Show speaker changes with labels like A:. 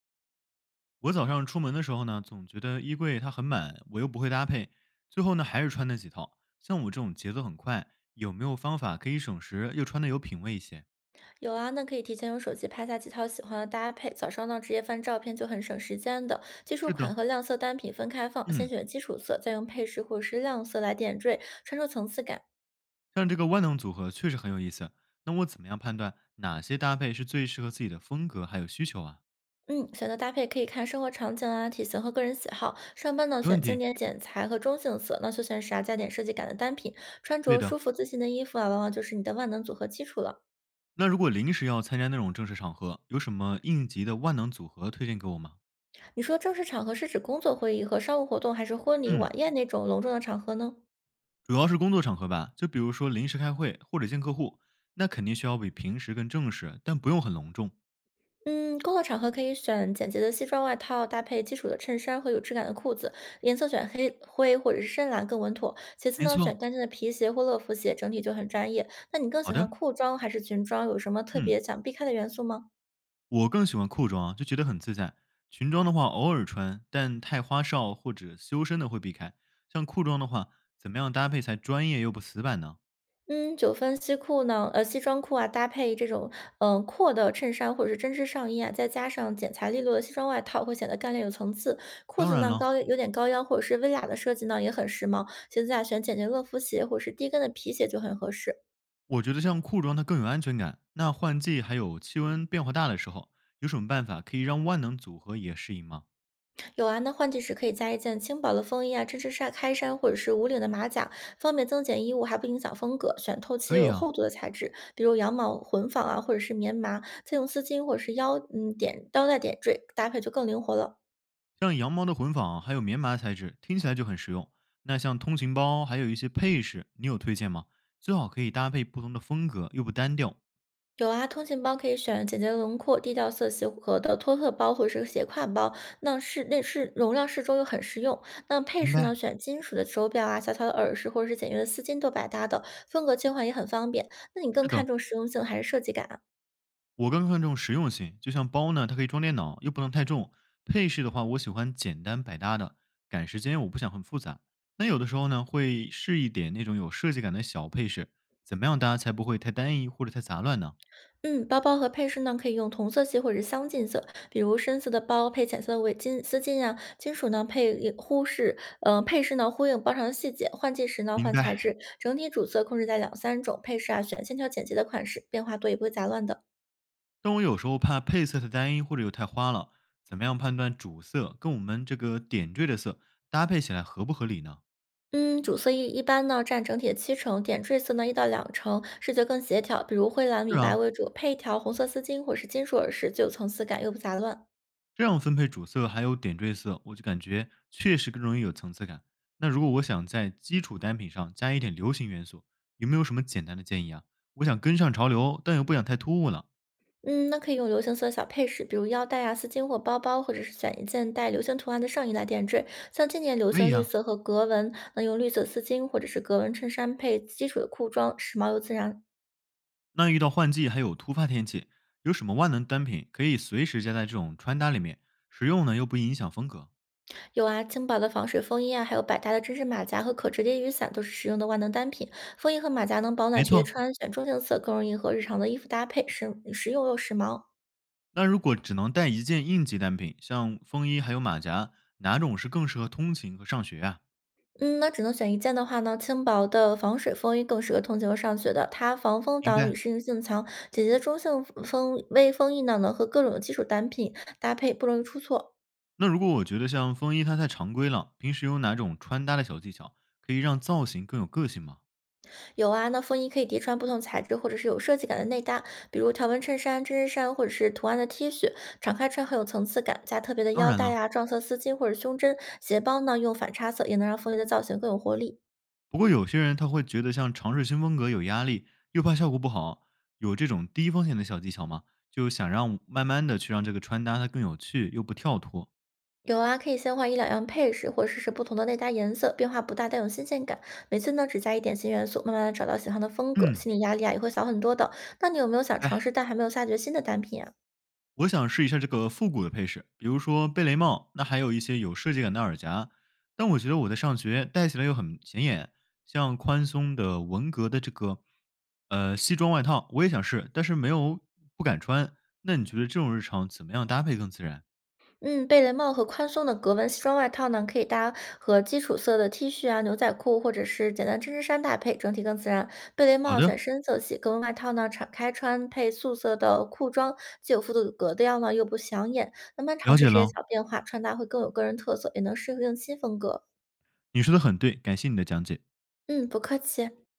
A: 我早上出门的时候呢，总觉得衣柜它很满，我又不会搭配，最后呢还是穿那几套。像我这种节奏很快，有没有方法可以省时又穿的有品味一些？
B: 有啊，那可以提前用手机拍下几套喜欢的搭配，早上呢直接翻照片就很省时间的。基础
A: 是
B: 款
A: 的，
B: 和亮色单品分开放，先
A: 嗯，
B: 选基础色，再用配饰或者是亮色来点缀，穿出层次感。
A: 像这个万能组合确实很有意思。那我怎么样判断哪些搭配是最适合自己的风格还有需求啊？
B: 嗯，选择搭配可以看生活场景啊、体型和个人喜好。上班呢
A: 没
B: 选
A: 问
B: 经
A: 题，
B: 典剪裁和中性色，那休闲时啊加点设计感的单品。穿
A: 对
B: 着
A: 的。
B: 舒服自信的衣服啊，往往就是你的万能组合基础了。
A: 那如果临时要参加那种正式场合，有什么应急的万能组合推荐给我吗？
B: 你说正式场合是指工作会议和商务活动，还是婚礼
A: 嗯，
B: 晚宴那种隆重的场合呢？
A: 主要是工作场合吧，就比如说临时开会或者见客户，那肯定需要比平时更正式，但不用很隆重。
B: 嗯，工作场合可以选简洁的西装外套，搭配基础的衬衫和有质感的裤子，颜色选黑灰或者是深蓝更稳妥。其次
A: 没
B: 呢，
A: 错，
B: 选干净的皮鞋或乐福鞋，整体就很专业。那你更
A: 好
B: 喜
A: 的，
B: 欢裤装还是裙装？有什么特
A: 嗯，
B: 别想避开的元素吗？
A: 我更喜欢裤装啊就觉得很自在。裙装的话偶尔穿，但太花哨或者修身的会避开。像裤装的话，怎么样搭配才专业又不死板呢？
B: 嗯，九分西裤呢，西装裤啊，搭配这种阔的衬衫或者是针织上衣啊，再加上剪裁利落的西装外套，会显得干练有层次。裤
A: 当
B: 子
A: 然
B: 呢
A: 了，
B: 有点高腰或者是微喇的设计呢，也很时髦。鞋子啊，选简洁乐福鞋或者是低跟的皮鞋就很合适。
A: 我觉得像裤装它更有安全感。那换季还有气温变化大的时候，有什么办法可以让万能组合也适应吗？
B: 有啊，那换季时可以加一件轻薄的风衣啊，针织衫、开衫或者是无领的马甲，方便增减衣物，还不影响风格。选透气
A: 可
B: 又
A: 以
B: 有
A: 啊，
B: 厚度的材质，比如羊毛、混纺啊，或者是棉麻。再用丝巾或者是腰带点缀，搭配就更灵活了。
A: 像羊毛的混纺还有棉麻材质，听起来就很实用。那像通勤包还有一些配饰，你有推荐吗？最好可以搭配不同的风格，又不单调。
B: 有啊，通勤包可以选简洁的轮廓、低调色系和的托特包或者是斜挎包，那是那是容量适中又很实用。那配
A: 明
B: 饰呢，
A: 白，
B: 选金属的手表啊、小巧的耳饰或者是简约的丝巾都百搭的，风格切换也很方便。那你更
A: 是
B: 看
A: 的，
B: 重实用性还是设计感啊？
A: 我更看重实用性。就像包呢，它可以装电脑，又不能太重。配饰的话，我喜欢简单百搭的，赶时间我不想很复杂。那有的时候呢，会试一点那种有设计感的小配饰，怎么样搭才不会太单一或者太杂乱呢？
B: 嗯，包包和配饰呢，可以用同色系或者相近色，比如深色的包配浅色的围巾、丝巾呀、金属呢配忽视，配饰呢呼应包上的细节，换季时呢
A: 明
B: 换材
A: 白。
B: 质，整体主色控制在两三种，配饰啊选线条简洁的款式，变化多也不会杂乱的。
A: 但我有时候怕配色太单一或者又太花了，怎么样判断主色跟我们这个点缀的色搭配起来合不合理呢？
B: 嗯，主色一般呢占整体的七成，点缀色呢一到两成，视觉更协调，比如灰蓝、米
A: 是
B: 白
A: 啊，
B: 为主，配一条红色丝巾或是金属耳饰，既有层次感又不杂乱。
A: 这样分配主色还有点缀色，我就感觉确实更容易有层次感。那如果我想在基础单品上加一点流行元素，有没有什么简单的建议啊？我想跟上潮流，但又不想太突兀了。
B: 嗯，那可以用流行色的小配饰，比如腰带啊、丝巾或包包，或者是选一件带流行图案的上衣来点缀。像今年流
A: 可
B: 行
A: 以
B: 绿
A: 啊，
B: 色和格纹，那用绿色丝巾或者是格纹衬衫配基础的裤装，时髦又自然。
A: 那遇到换季还有突发天气，有什么万能单品可以随时加在这种穿搭里面，实用呢又不影响风格？
B: 有啊，轻薄的防水风衣啊，还有百搭的针织马甲和可折叠雨伞，都是实用的万能单品。风衣和马甲能保暖
A: 没
B: 叠
A: 错，
B: 穿，选中性色更容易和日常的衣服搭配，实用又时髦。
A: 那如果只能带一件应急单品，像风衣还有马甲，哪种是更适合通勤和上学啊？
B: 嗯，那只能选一件的话呢，轻薄的防水风衣更适合通勤和上学的，它防风
A: 明
B: 挡雨、
A: 白。
B: 适应性强。简洁的中性风微风衣呢，能和各种的基础单品搭配，不容易出错。
A: 那如果我觉得像风衣它太常规了，平时有哪种穿搭的小技巧可以让造型更有个性吗？
B: 有啊，那风衣可以叠穿不同材质或者是有设计感的内搭，比如条纹衬衫、针织衫或者是图案的 T 恤，敞开穿很有层次感，加特别的
A: 当
B: 腰
A: 然
B: 带
A: 了，
B: 呀、撞色丝巾或者胸针。鞋包呢用反差色也能让风衣的造型更有活力。
A: 不过有些人他会觉得像尝试新风格有压力，又怕效果不好，有这种低风险的小技巧吗？就想让慢慢的去让这个穿搭它更有趣又不跳脱。
B: 有啊，可以先换一两样配饰，或试试不同的内搭颜色，变化不大，但有新鲜感。每次呢，只加一点新元素，慢慢的找到喜欢的风格，
A: 嗯，
B: 心理压力啊也会小很多的。那你有没有
A: 明
B: 想尝
A: 白。
B: 试但还没有下决心的单品啊？
A: 我想试一下这个复古的配饰，比如说贝雷帽，那还有一些有设计感的耳夹。但我觉得我在上学戴起来又很显眼，像宽松的文革的这个西装外套，我也想试，但是没有不敢穿。那你觉得这种日常怎么样搭配更自然？
B: 嗯，贝雷帽和宽松的格纹西装外套呢，可以搭和基础色的 T 恤啊、牛仔裤或者是简单针织衫搭配，整体更自然。贝雷
A: 好
B: 帽
A: 的，
B: 选深色系，格纹外套呢敞开穿配素色的裤装，既有复古格调呢，又不显眼。慢慢尝
A: 了
B: 试
A: 解
B: 这些
A: 了，
B: 小变化，穿搭会更有个人特色，也能适应新风格。
A: 你说的很对，感谢你的讲解。
B: 嗯，不客气。